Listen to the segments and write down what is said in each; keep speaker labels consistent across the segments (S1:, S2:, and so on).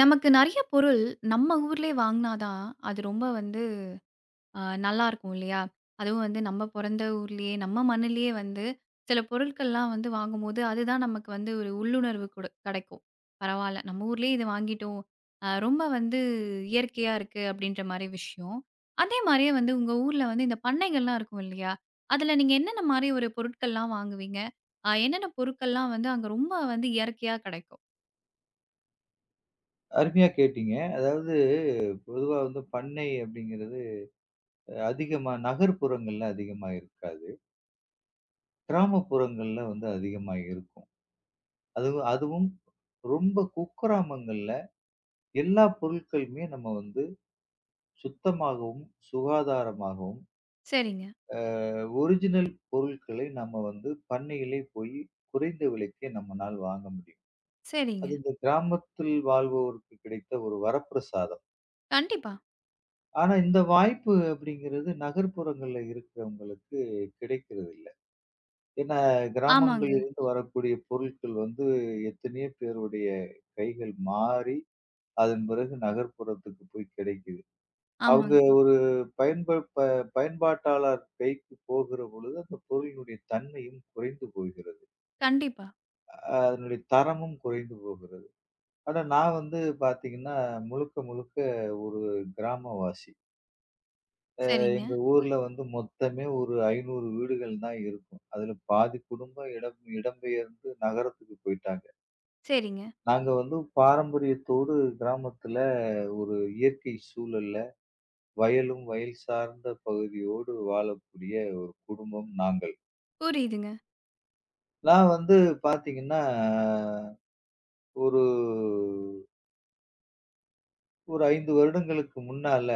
S1: நமக்கு நெறைய பொருள் நம்ம ஊர்லயே வாங்குனா தான், அது ரொம்ப வந்து நல்லாருக்கும் இல்லையா? அதுவும் வந்து நம்ம பொறந்த ஊர்லயே, நம்ம மண்ணுலயே வந்து சில பொருட்கள்லாம் வந்து வாங்கும்போது, அதுதான் நமக்கு வந்து ஒரு உள்ளுணர்வு கெடைக்கும். பரவால்ல, நம்ம ஊர்லயே இத வாங்கிட்டோம். ரொம்ப வந்து இயற்கையா இருக்கு அப்படின்ற மாரி விஷயம். அதே மாரியே வந்து உங்க ஊர்ல வந்து இந்த பண்ணைகள்லாம் இருக்கும் இல்லையா? அதுல நீங்க என்னென்ன மாரி ஒரு பொருட்கள்லாம் வாங்குவீங்க? என்னென்ன பொருட்கள்லாம் வந்து அங்க ரொம்ப வந்து இயற்கையா கெடைக்கும்?
S2: அருமையா கேட்டீங்க. அதாவது, பொதுவா வந்து பண்ணை அப்படிங்கிறது, அதிகமா நகர்ப்புறங்கள்ல அதிகமா இருக்காது. கிராமப்புறங்கள்ல வந்து அதிகமா இருக்கும். அதுவும் அதுவும் ரொம்ப குக்கிராமங்கள்ல எல்லா பொருட்களுமே நம்ம வந்து சுத்தமாகவும், சுகாதாரமாகவும்,
S1: சரிங்க,
S2: ஒரிஜினல் பொருட்களை நம்ம வந்து பண்ணையிலே போய் குறைந்த விலைக்கே நம்மனால் வாங்க முடியும்.
S1: சரிங்க.
S2: அது இந்த கிராமத்தில் வாழ்பவருக்கு கிடைத்த ஒரு வரப்பிரசாதம்.
S1: கண்டிப்பா.
S2: ஆனா, இந்த வாய்ப்பு அப்படிங்கிறது நகர்ப்புறங்கள்ல இருக்கிறவங்களுக்கு கிடைக்கிறது இல்ல. ஏன்னா,
S1: ஆமாங்க,
S2: கிராமங்களிலிருந்து வரக்கூடிய பொருட்கள் வந்து எத்தனையோ பேருடைய கைகள் மாறி, அதன் பிறகு நகர்ப்புறத்துக்கு போய் கிடைக்குது. அவங்க
S1: ஆமாங்க.
S2: ஒரு பயன்ப ப பயன்பாட்டாளர் கைக்கு போகிற பொழுது, அந்த பொருளினுடைய தன்மையும் குறைந்து போகிறது.
S1: கண்டிப்பா.
S2: அதனுடைய தரமும் குறைந்து போகிறது. ஆனா, நான் வந்து பார்த்தீங்கன்னா, முழுக்க முழுக்க ஒரு கிராமவாசி.
S1: சரிங்க,
S2: எங்க ஊர்ல வந்து மொத்தமே ஒரு 500 வீடுகள் தான் இருக்கும். அதுல பாதி குடும்பம் இடம்பெயர்ந்து நகரத்துக்கு போயிட்டாங்க.
S1: சரிங்க.
S2: நாங்க வந்து பாரம்பரியத்தோடு கிராமத்துல ஒரு இயற்கை சூழல்ல வயலும், வயல் சார்ந்த பகுதியோடு வாழக்கூடிய ஒரு குடும்பம் நாங்கள்.
S1: புரியுதுங்க.
S2: நான் வந்து பாத்தீங்கன்னா, ஒரு ஒரு 5 வருடங்களுக்கு முன்னால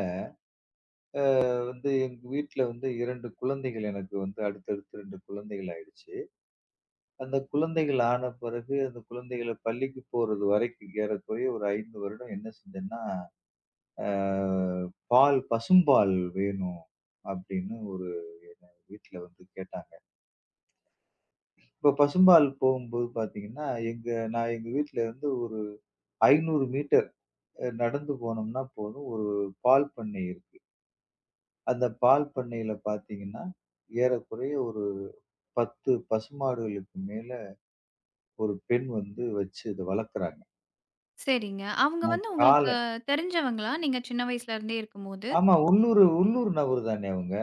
S2: வந்து எங்க வீட்ல வந்து 2 குழந்தைகள், எனக்கு வந்து அடுத்தடுத்து 2 குழந்தைகள் ஆயிடுச்சு. அந்த குழந்தைகள் ஆன பிறகு, அந்த குழந்தைகள பள்ளிக்கு போறது வரைக்கும் ஏறக்குறைய ஒரு 5 வருடம் என்ன செஞ்சேன்னா, அ பால் பசும்பால் வேணும் அப்படின்னு ஒரு எங்க வீட்ல வந்து கேட்டாங்க. இப்ப பசும்பால் போகும்போது பார்த்தீங்கன்னா, எங்க நான் எங்க வீட்ல இருந்து ஒரு 500 மீட்டர் நடந்து போனோம்னா போதும், ஒரு பால் பண்ணை இருக்கு. அந்த பால் பண்ணையில பார்த்தீங்கன்னா, ஏறக்குறைய ஒரு 10 பசுமாடுகளுக்கு மேல ஒரு பெண் வந்து வச்சு இத வளர்க்குறாங்க.
S1: சரிங்க. அவங்க
S2: நான்
S1: வந்து
S2: கால்
S1: உங்களுக்கு தெரிஞ்சவங்களா? நீங்க சின்ன வயசுல இருந்தே இருக்கும்போது.
S2: ஆமா. உள்ளூர் நபர் தானே அவங்க.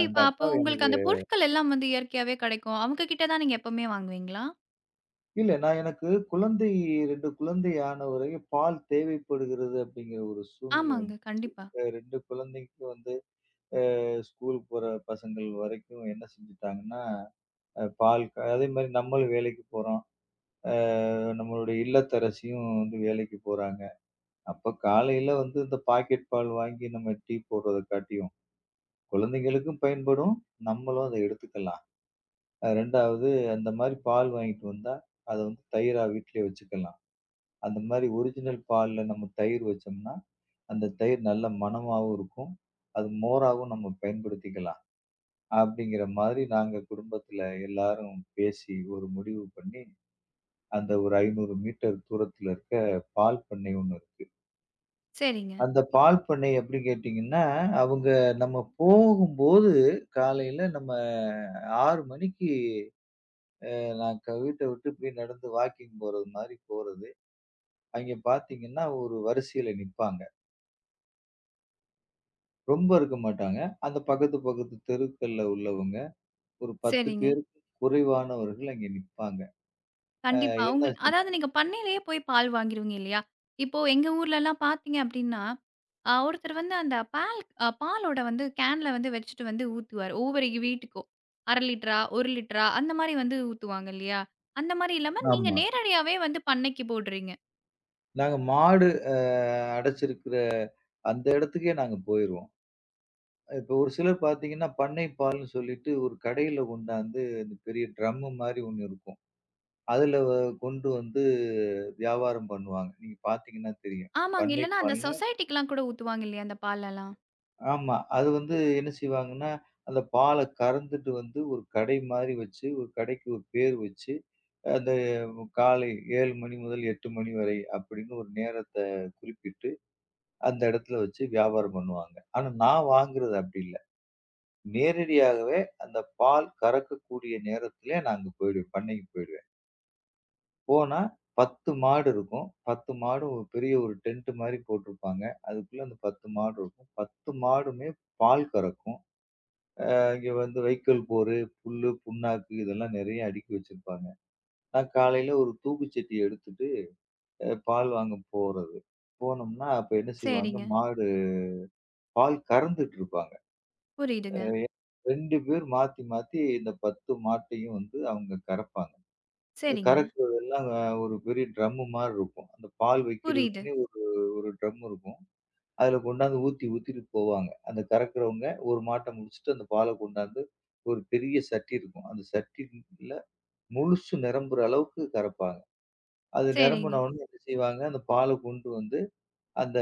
S2: அந்த
S1: அப்போ
S2: அக்காவ
S1: உங்களுக்கு
S2: எனக்கு
S1: அந்த பொருட்கள் எல்லாம் வந்து இயற்கையாவே கெடைக்கும். அவங்க கிட்ட தான் நீங்க எப்பவுமே வாங்குவீங்களா?
S2: இல்ல நான் எனக்கு 2 குழந்தை ஆன வரையும் பால் தேவைப்படுகிறது அப்படிங்கிற ஒரு சூழ்நிலை வந்து,
S1: ஆமாங்க. கண்டிப்பா.
S2: 2 குழந்தைக்கு வந்து அ ஸ்கூல் போற பசங்கள் வரைக்கும் என்ன செஞ்சுட்டாங்கன்னா, அ பால் க அதே மாரி நம்மளும் வேலைக்கு போறோம். அ நம்மளுடைய இல்லத்தரசியும் வந்து வேலைக்கு போறாங்க. அப்ப காலையில வந்து இந்த பாக்கெட் பால் வாங்கி, நம்ம டீ போடுறத காட்டியும், குழந்தைங்களுக்கும் பயன்படும். நம்மளும் அத எடுத்துக்கலாம். அ 2வது, அந்த மாரி பால் வாங்கிட்டு வந்தா, அத வந்து தயிரா வீட்லயே வச்சுக்கலாம். அந்த மாரி ஒரிஜினல் பால்ல நம்ம தயிர் வச்சோம்னா, அந்த தயிர் நல்ல மணமாவும் இருக்கும். அது மோராவும் நம்ம பயன்படுத்திக்கலாம். அப்படிங்கிற மாதிரி நாங்க குடும்பத்துல எல்லாரும் பேசி ஒரு முடிவு பண்ணி, அந்த ஒரு 500 மீட்டர் தூரத்துல இருக்க பால் பண்ணை ஒண்ணு இருக்கு.
S1: சரிங்க,
S2: அந்த பால் பண்ணை எப்படி கேட்டீங்கன்னா, அவங்க நம்ம போகும்போது காலையில நம்ம 6 மணிக்கு, நான் க வீட்ட விட்டு இப்படி நடந்து வாக்கிங் போறது மாரி போறது. அங்கே பார்த்தீங்கன்னா, ஒரு வரிசையில நிப்பாங்க. ரொம்ப இருக்க மாட்டாங்க. அந்த பக்கத்து, பக்கத்து தெருக்கள்ல உள்ளவங்க. ஒரு 10
S1: சரிங்க.
S2: பேருக்கு குறைவானவர்கள் அங்கே நிப்பாங்க. அ
S1: கண்டிப்பா. உங்க
S2: என்னாச்சுன்னா
S1: அதாவது நீங்க பண்ணையிலேயே போய் பால் வாங்கிருவீங்க இல்லையா? இப்போ எங்க ஊர்லலாம் பார்த்தீங்க அப்டின்னா, ஒருத்தர் வந்து அந்த பால் பாலோட வந்து கேன்ல வந்து வச்சுட்டு வந்து ஊத்துவாரு. ஒவ்வொரு வீட்டுக்கும் 1/2 லிட்டரா, 1 லிட்டரா அந்த மாரி வந்து ஊத்துவாங்க இல்லையா? அந்த மாரி இல்லாம நீங்க
S2: ஆமா.
S1: நேரடியாவே வந்து பண்ணைக்கு போடுறீங்க.
S2: நாங்க மாடு அ அடைச்சிருக்கிற அந்த இடத்துக்கே நாங்க போயிருவோம். இப்ப ஒரு சிலர் பார்த்தீங்கன்னா, பண்ணை பால்ன்னு சொல்லிட்டு ஒரு கடையில கொண்டாந்து இந்த பெரிய ட்ரம்மு மாரி ஒண்ணு இருக்கும். அதுல வ கொண்டு வந்து வியாபாரம் பண்ணுவாங்க. நீங்க பார்த்தீங்கன்னா தெரியும்.
S1: ஆமாங்க.
S2: பண்ணை
S1: இல்லன்னா அந்த
S2: பால்
S1: சொசைட்டிக்குலாம் கூட ஊத்துவாங்க இல்லையா அந்த பாலெல்லாம்?
S2: ஆமா. அது வந்து என்ன செய்வாங்கன்னா, அந்த பால கறந்துட்டு வந்து ஒரு கடை மாரி வச்சு, ஒரு கடைக்கு ஒரு பேர் வச்சு, அந்த காலை 7 மணி முதல் 8 மணி வரை அப்படின்னு ஒரு நேரத்த குறிப்பிட்டு, அந்த இடத்துல வச்சு வியாபாரம் பண்ணுவாங்க. ஆனா நான் வாங்குறது அப்படி இல்ல. நேரடியாகவே அந்த பால் கறக்கக்கூடிய நேரத்திலே நான் அங்க போயிடுவேன். பண்ணைக்கு போயிடுவேன். போனா 10 மாடு இருக்கும். 10 மாடும் ஒரு பெரிய ஒரு டென்ட் மாரி போட்டிருப்பாங்க. அதுக்குள்ள அந்த 10 மாடு இருக்கும். 10 மாடுமே பால் கறக்கும். அங்க வந்து வைக்கோல் போரு, புல்லு, புண்ணாக்கு இதெல்லாம் நெறைய அடுக்கி வச்சிருப்பாங்க. நான் காலையில ஒரு தூக்குச்சட்டிய எடுத்துட்டு பால் வாங்க போறது. போனோம்னா அப்ப என்ன செய்வாங்க,
S1: சரிங்க.
S2: மாடு பால் கறந்துட்டு இருப்பாங்க.
S1: புரியுதுங்க.
S2: 2 பேர் மாத்தி மாத்தி இந்த 10 மாட்டையும் வந்து அவங்க கறப்பாங்க.
S1: சரிங்க.
S2: கறக்குறதெல்லாம் ஒரு பெரிய ட்ரம்மு மாரி இருக்கும். அந்த பால்
S1: புரியுது.
S2: வைக்கிறதுக்குன்னே ஒரு ஒரு ட்ரம் இருக்கும். அதுல கொண்டாந்து ஊத்தி ஊத்திட்டு போவாங்க. அந்த கறக்கிறவங்க ஒரு மாட்ட முடிச்சுட்டு அந்த பால கொண்டாந்து ஒரு பெரிய சட்டி இருக்கும். அந்த சட்டில முழுசு நிரம்புற அளவுக்கு கரைப்பாங்க. அது
S1: சரிங்க.
S2: நிரம்புன ம். உடனே என்ன செய்வாங்க, அந்த பால கொண்டு வந்து அந்த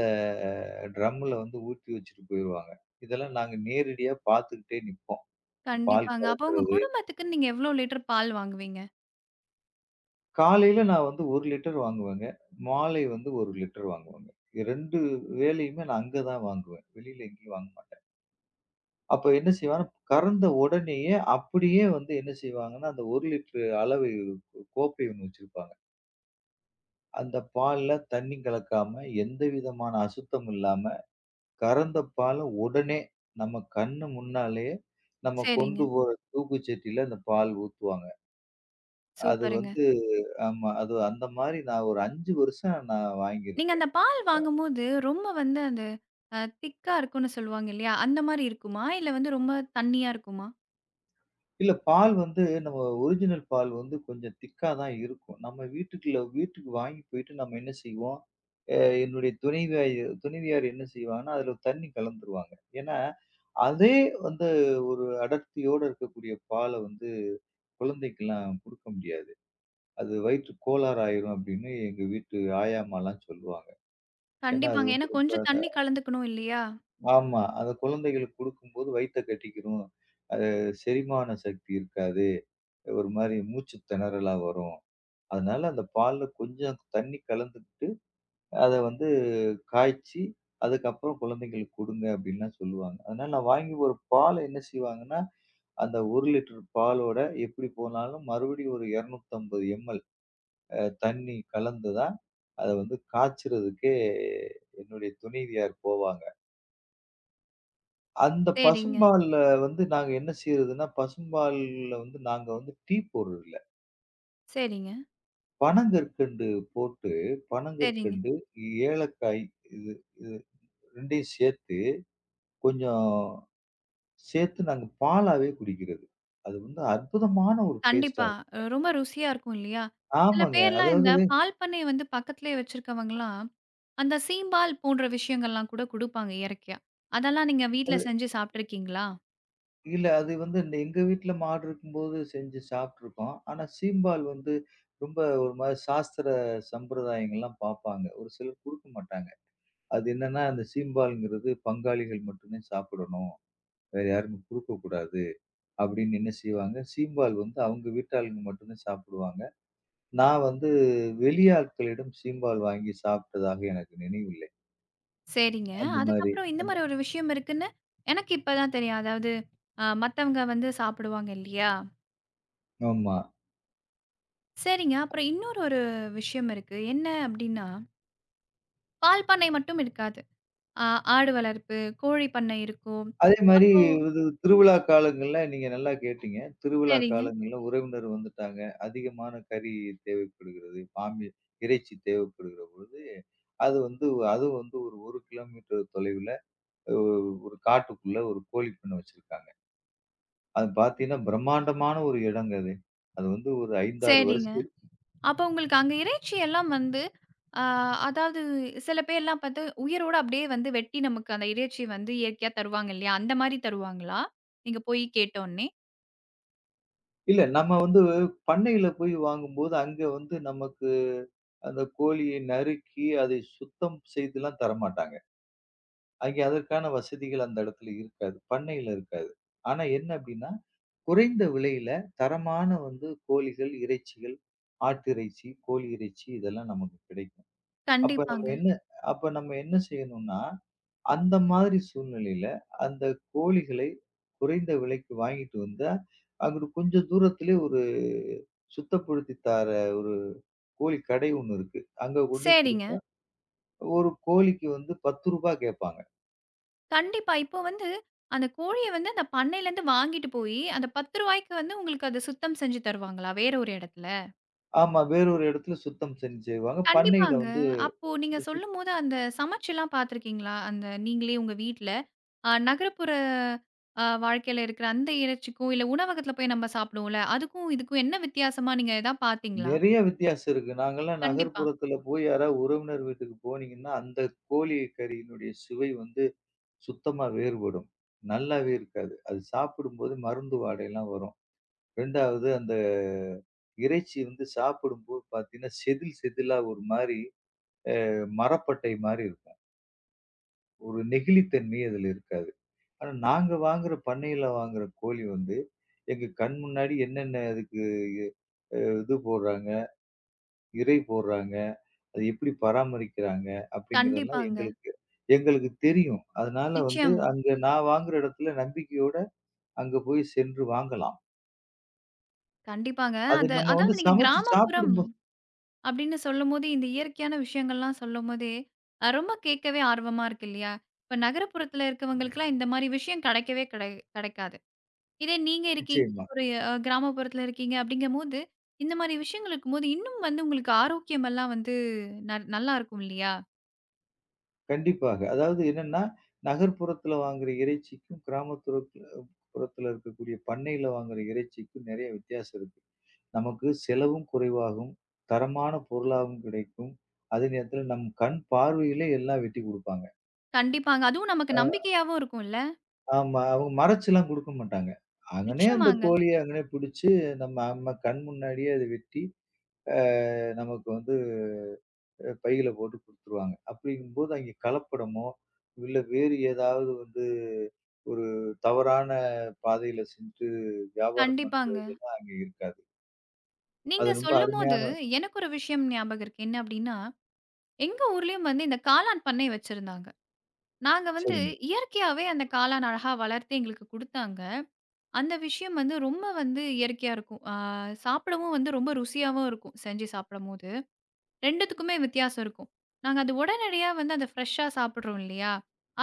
S2: ட்ரம்ல வந்து ஊத்தி வச்சுட்டு போயிருவாங்க. இதெல்லாம் நாங்க நேரடியா பார்த்துக்கிட்டே நிப்போம். பால்
S1: கண்டிப்பாங்க. அப்போ உங்க
S2: கறக்கிறது.
S1: குடும்பத்துக்குன்னு நீங்க எவ்ளோ லிட்டர் பால் வாங்குவீங்க?
S2: காலையில நான் வந்து 1 லிட்டர் வாங்குவேங்க. மாலை வந்து 1 லிட்டர் வாங்குவேங்க. 2 வேளையுமே நான் அங்க தான் வாங்குவேன். வெளியில எங்கேயும் வாங்க மாட்டேன். அப்ப என்ன செய்வாங்கன்னா, கறந்த உடனேயே அப்படியே வந்து என்ன செய்வாங்கன்னா, அந்த 1 லிட்டர் அளவை கோப்பை ஒண்ணு வச்சிருப்பாங்க. அந்த பால்ல தண்ணி கலக்காம, எந்த விதமான அசுத்தம் இல்லாம, கறந்த பால உடனே நம்ம கண்ணு முன்னாலயே நம்ம கொண்டு
S1: சரிங்க.
S2: போற தூக்குச்சட்டியில அந்த பால் ஊத்துவாங்க. அது
S1: சூப்பருங்க.
S2: வந்து ஆமா. அது அந்த மாரி நான் ஒரு 5 வருஷம் நான்
S1: நீங்க அந்த
S2: வாங்கியிருக்கிறேன். அந்த
S1: பால்
S2: பால்.
S1: வாங்கும்போது, ரொம்ப வந்து அந்த திக்கா இருக்கும்னு சொல்லுவாங்க இல்லையா? அந்த மாரி இருக்குமா? இல்ல வந்து ரொம்ப தண்ணியா இருக்குமா?
S2: இல்ல பால் வந்து நம்ம ஒரிஜினல் பால் வந்து கொஞ்சம் திக்கா தான் இருக்கும். நம்ம வீட்டுக்குள்ள வீட்டுக்கு வாங்கி போயிட்டு நம்ம என்ன செய்வோம், அ என்னுடைய துணைவியாய் துணைவியார் என்ன செய்வாங்கன்னா, அதில தண்ணி கலந்துருவாங்க. ஏன்னா அதே வந்து ஒரு அடர்த்தியோட இருக்கக்கூடிய பால வந்து குழந்தைக்கெல்லாம் குடுக்க முடியாது. அது வயிற்று கோளாறு ஆயிரும் அப்படின்னு எங்க வீட்டு ஆயாமாலாம் சொல்லுவாங்க. ஏன்னா அது
S1: கண்டிப்பாங்க.
S2: வந்து
S1: ஏன்னா
S2: ரொம்ப
S1: கொஞ்சம்
S2: அந்த
S1: தண்ணி கலந்துக்கணும் இல்லையா?
S2: ஆமா. அத குழந்தைகளுக்கு குடுக்கும்போது வயித்த கட்டிக்கிரும். அது செரிமான சக்தி இருக்காது. ஒரு மாரி மூச்சு திணறலா வரும். அதனால அந்த பால்ல கொஞ்சம் தண்ணி கலந்துக்கிட்டு, அத வந்து காய்ச்சி, அதுக்கப்புறம் குழந்தைங்களுக்கு குடுங்க அப்படின்லாம் சொல்லுவாங்க. அதனால நான் வாங்கி ஒரு பால என்ன செய்வாங்கன்னா, அந்த 1 லிட்டர் பாலோட எப்படி போனாலும் மறுபடியும் ஒரு 250 எம்எல் தண்ணி கலந்து தான் அத வந்து காய்ச்சறதுக்கே என்னுடைய துணைவியார் போவாங்க. அந்த
S1: சரிங்க,
S2: பசும்பால்ல வந்து நாங்க என்ன செய்றதுன்னா, பசும்பால்ல வந்து நாங்க வந்து டீ போடுறதில்ல.
S1: சரிங்க,
S2: பனங்கற்கண்டு போட்டு
S1: சரிங்க.
S2: பனங்கற்கண்டு, ஏலக்காய், இது இது 2யும் சேர்த்து கொஞ்சம் சேர்த்து நாங்க பாலாவே குடிக்கிறது. அது வந்து அற்புதமான ஒரு டேஸ்ட்டா
S1: கண்டிப்பா.
S2: இருக்கும்.
S1: ரொம்ப ருசியா இருக்கும் இல்லையா? சில
S2: ஆமாங்க.
S1: பேர்லாம் இந்த
S2: அதாவது
S1: பால் பண்ணைய வந்து பக்கத்திலேயே வச்சிருக்கவங்கலாம், அந்த சீம்பால் போன்ற விஷயங்கள்லாம் கூட குடுப்பாங்க இயற்கையா. அதெல்லாம் நீங்க வீட்ல
S2: அது
S1: செஞ்சு சாப்ட்டுருக்கீங்களா?
S2: இல்ல. அது வந்து இந்த எங்க வீட்ல மாடு இருக்கும்போது செஞ்சு சாப்ட்டுருக்கோம். ஆனா, சீம்பால் வந்து ரொம்ப ஒரு மாரி சாஸ்திர சம்பிரதாயங்கள்லாம் பார்ப்பாங்க. ஒரு சிலர் குடுக்க மாட்டாங்க. அது என்னன்னா, அந்த சீம்பால்ங்கிறது பங்காளிகள் மட்டுமே சாப்பிடணும். வேற யாருமே குடுக்கக்கூடாது அப்படின்னு என்ன செய்வாங்க, சீம்பால் வந்து அவங்க வீட்டாளுங்க மட்டும்தான் சாப்பிடுவாங்க. நான் வந்து வெளியாட்களிடம் சீம்பால் வாங்கி சாப்பிட்டதாக எனக்கு நினைவில்லை.
S1: சரிங்க.
S2: அந்த மாரி
S1: அதுக்கப்புறம் இந்த
S2: அந்த
S1: மாரி ஒரு விஷயம் இருக்குன்னு எனக்கு இப்ப தான் தெரியும். அதாவது மத்தவங்க வந்து சாப்பிடுவாங்க இல்லையா?
S2: ஆமா.
S1: சரிங்க. அப்புறம் இன்னொரு விஷயம் இருக்கு. என்ன அப்டின்னா, பால் பண்ணை மட்டும் இருக்காது. ஆ ஆடு வளர்ப்பு, கோழி பண்ணை இருக்கும்.
S2: அதே மாரி
S1: அப்போ
S2: இது திருவிழா காலங்கள்ல நீங்க நல்லா கேட்டீங்க. திருவிழா
S1: சரிங்க,
S2: காலங்கள்ல உறவினர் வந்துட்டாங்க. அதிகமான கறி தேவைப்படுகிறது. இறைச்சி தேவைப்படுகிற பொழுது, அது வந்து அதுவும் வந்து ஒரு 1 கிலோமீட்டர் தொலைவுல அ ஒரு காட்டுக்குள்ள ஒரு கோழி பண்ணை வச்சிருக்காங்க. அது பார்த்தீங்கன்னா, பிரம்மாண்டமான ஒரு இடங்க அது. அது வந்து ஒரு 5, 6
S1: சரிங்க.
S2: வருஷத்து
S1: அப்போ உங்களுக்கு அங்க இறைச்சி எல்லாம் வந்து ஆ அதாவது சில பேர்லாம் பாத்து உயிரோட அப்டியே வந்து வெட்டி நமக்கு அந்த இறைச்சி வந்து இயற்கையா தருவாங்க இல்லையா? அந்த மாரி தருவாங்களா? நீங்க போய் கேட்டோனே?
S2: இல்ல நம்ம வந்து பண்ணையில போய் வாங்கும்போது, அங்க வந்து நமக்கு அந்த கோழியை நறுக்கி, அதை சுத்தம் செய்துலாம் தரமாட்டாங்க. அங்கே அதற்கான வசதிகள் அந்த இடத்துல இருக்காது. பண்ணையில இருக்காது. ஆனா என்ன அப்டின்னா, குறைந்த விலையில தரமான வந்து கோழிகள், இறைச்சிகள், ஆட்டிறைச்சி, கோழி இறைச்சி இதெல்லாம் நமக்கு கிடைக்கும். அப்ப நம்ம
S1: கண்டிப்பாங்க.
S2: என்ன அப்ப நம்ம என்ன செய்யணும்னா, அந்த மாதிரி சூழ்நிலையில அந்த கோழிகளை குறைந்த விலைக்கு வாங்கிட்டு வந்தா, அங்குட்டு கொஞ்சம் தூரத்திலே ஒரு சுத்தப்படுத்தி தார ஒரு கோழி கடை ஒண்ணு இருக்கு. அங்க கொண்டோய்
S1: சரிங்க.
S2: குடுத்தா, ஒரு கோழிக்கு வந்து ரூ. 10 கேட்பாங்க.
S1: கண்டிப்பா. இப்போ வந்து அந்த கோழிய வந்து அந்த பண்ணையிலருந்து வாங்கிட்டு போயி, அந்த ரூ. 10க்கு வந்து உங்களுக்கு அத சுத்தம் செஞ்சு தருவாங்களா? வேற ஒரு இடத்துல?
S2: ஆமா. வேறொரு இடத்துல சுத்தம் செஞ் செய்வாங்க. பண்ணையில
S1: கண்டிப்பாங்க.
S2: வந்து
S1: அப்போ நீங்க
S2: சு
S1: சொல்லும்போது அந்த சமைச்சுலாம் பார்த்துருக்கீங்களா? அந்த நீங்களே உங்க வீட்ல, நகரப்புற வாழ்க்கையில இருக்கிற அந்த இறைச்சிக்கும், இல்ல உணவகத்துல போய் நம்ம சாப்பிடுவோம்ல, அதுக்கும் இதுக்கும் என்ன வித்தியாசமா நீங்க எதா பார்த்தீங்களா?
S2: நெறைய வித்தியாசம் இருக்கு. நாங்கலாம்
S1: கண்டிப்பா.
S2: நகர்ப்புறத்துல போய் யாராவது உறவினர் வீட்டுக்கு போனீங்கன்னா, அந்த கோழி கறியினுடைய சுவை வந்து சுத்தமா வேறுபடும். நல்லாவே இருக்காது. அது சாப்பிடும்போது மருந்து வாடைலாம் வரும். 2வது அந்த இறைச்சி வந்து சாப்பிடும்போது பார்த்தீங்கன்னா, செதில் செதிலா ஒரு மாரி மரப்பட்டை மாரி இருக்கும். ஒரு நெகிழித்தன்மை அதுல இருக்காது. ஆனா, நாங்க வாங்குற பண்ணையில வாங்குற கோழி வந்து, எங்க கண் முன்னாடி என்னென்ன அதுக்கு அ இது போடுறாங்க, இரை போடுறாங்க, அது எப்படி பராமரிக்கிறாங்க அப்படிங்கிறதெல்லாம்
S1: கண்டிப்பாங்க.
S2: எங்களுக்கு, தெரியும். அதனால வந்து
S1: நிச்சயமா.
S2: அங்க நான் வாங்குற இடத்துல நம்பிக்கையோட அங்க போய் சென்று வாங்கலாம்.
S1: கண்டிப்பாங்க.
S2: அது
S1: அது
S2: நம்ம வந்து
S1: அதாவது நீங்க
S2: சமைச்சு
S1: கிராமப்புறம்
S2: சாப்பிடும்போது
S1: அப்படின்னு சொல்லும்போது, இந்த இயற்கையான விஷயங்கள்லாம் சொல்லும்போதே, ரொம்ப கேட்கவே ஆர்வமா இருக்கு இல்லையா? இப்ப நகரப்புறத்துல இருக்கவங்களுக்குலாம் இந்த மாரி விஷயம் கெடைக்கவே கிடைக்காது. இதே நீங்க இருக்கீங்க,
S2: நிச்சயமா.
S1: ஒரு கிராமப்புறத்துல இருக்கீங்க அப்படிங்கும்போது, இந்த மாரி விஷயங்கள் இருக்கும்போது, இன்னும் வந்து உங்களுக்கு ஆரோக்கியமெல்லாம் வந்து நல்லா இருக்கும் இல்லையா?
S2: கண்டிப்பாக. அதாவது என்னன்னா, நகர்ப்புறத்துல வாங்குற இறைச்சிக்கும், புறத்துல இருக்கக்கூடிய பண்ணையில வாங்குற இறைச்சிக்கும் நெறைய வித்தியாசம் இருக்கு. நமக்கு செலவும் குறைவாகும். தரமான பொருளாவும் கிடைக்கும். அதே நேரத்துல நம் கண் பார்வையிலே எல்லாம் வெட்டி குடுப்பாங்க.
S1: கண்டிப்பாங்க. அதுவும் நமக்கு
S2: அ
S1: நம்பிக்கையாவும் இருக்கும்ல.
S2: ஆமா. அவங்க மறைச்சுலாம் குடுக்க மாட்டாங்க. அங்கனே அந்த
S1: நிச்சயமாங்க.
S2: கோழிய அங்கனே பிடிச்சு, நம்ம நம்ம கண் முன்னாடியே அத வெட்டி, அ நமக்கு வந்து பையில போட்டு குடுத்துருவாங்க. அப்படிங்கும்போது அங்கே கலப்படமோ, இல்ல வேறு ஏதாவது வந்து ஒரு தவறான பாதையில சென்று வியாபாரம்
S1: கண்டிப்பாங்க.
S2: பண்றதெல்லாம் அங்க இருக்காது. அது
S1: நீங்க
S2: ரொம்ப
S1: சொல்லும்போது,
S2: அருமையான
S1: எனக்கு ஒரு விஷயம் ஞாபகம் இருக்கு. என்ன அப்படின்னா, எங்க ஊர்லயும் வந்து இந்த காளான் பண்ணை வச்சிருந்தாங்க. நாங்க வந்து
S2: சரிங்க.
S1: இயற்கையாவே அந்த காளான் அழகா வளர்த்து எங்களுக்கு குடுத்தாங்க. அந்த விஷயம் வந்து ரொம்ப வந்து இயற்கையா இருக்கும். ஆ சாப்பிடவும் வந்து ரொம்ப ருசியாவும் இருக்கும், செஞ்சு சாப்பிடும்போது. 2த்துக்குமே வித்தியாசம் இருக்கும். நாங்க அது உடனடியா வந்து அத ஃப்ரெஷ்ஷா சாப்பிடுறோம் இல்லையா?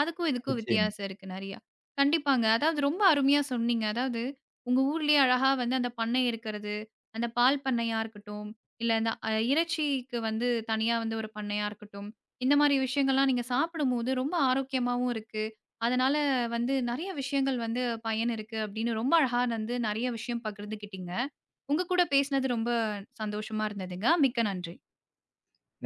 S1: அதுக்கும் இதுக்கும்
S2: நிச்சயமா.
S1: வித்தியாசம் இருக்கு நெறையா. கண்டிப்பாங்க. அதாவது ரொம்ப அருமையா சொன்னீங்க. அதாவது உங்க ஊர்லயே அழகா வந்து அந்த பண்ணை இருக்கிறது, அந்த பால் பண்ணையா இருக்கட்டும், இல்ல அந்த இறைச்சிக்கு வந்து தனியா வந்து ஒரு பண்ணையா இருக்கட்டும். இந்த மாரி விஷயங்கள்லாம் நீங்க சாப்பிடும்போது ரொம்ப ஆரோக்கியமாவும் இருக்கு. அதனால வந்து நெறைய விஷயங்கள் வந்து பயன் இருக்கு அப்படின்னு ரொம்ப அழகா வந்து நெறைய விஷயம் பகிர்ந்துக்கிட்டீங்க. உங்க கூட பேசினது ரொம்ப சந்தோஷமா இருந்ததுங்க. மிக்க நன்றி.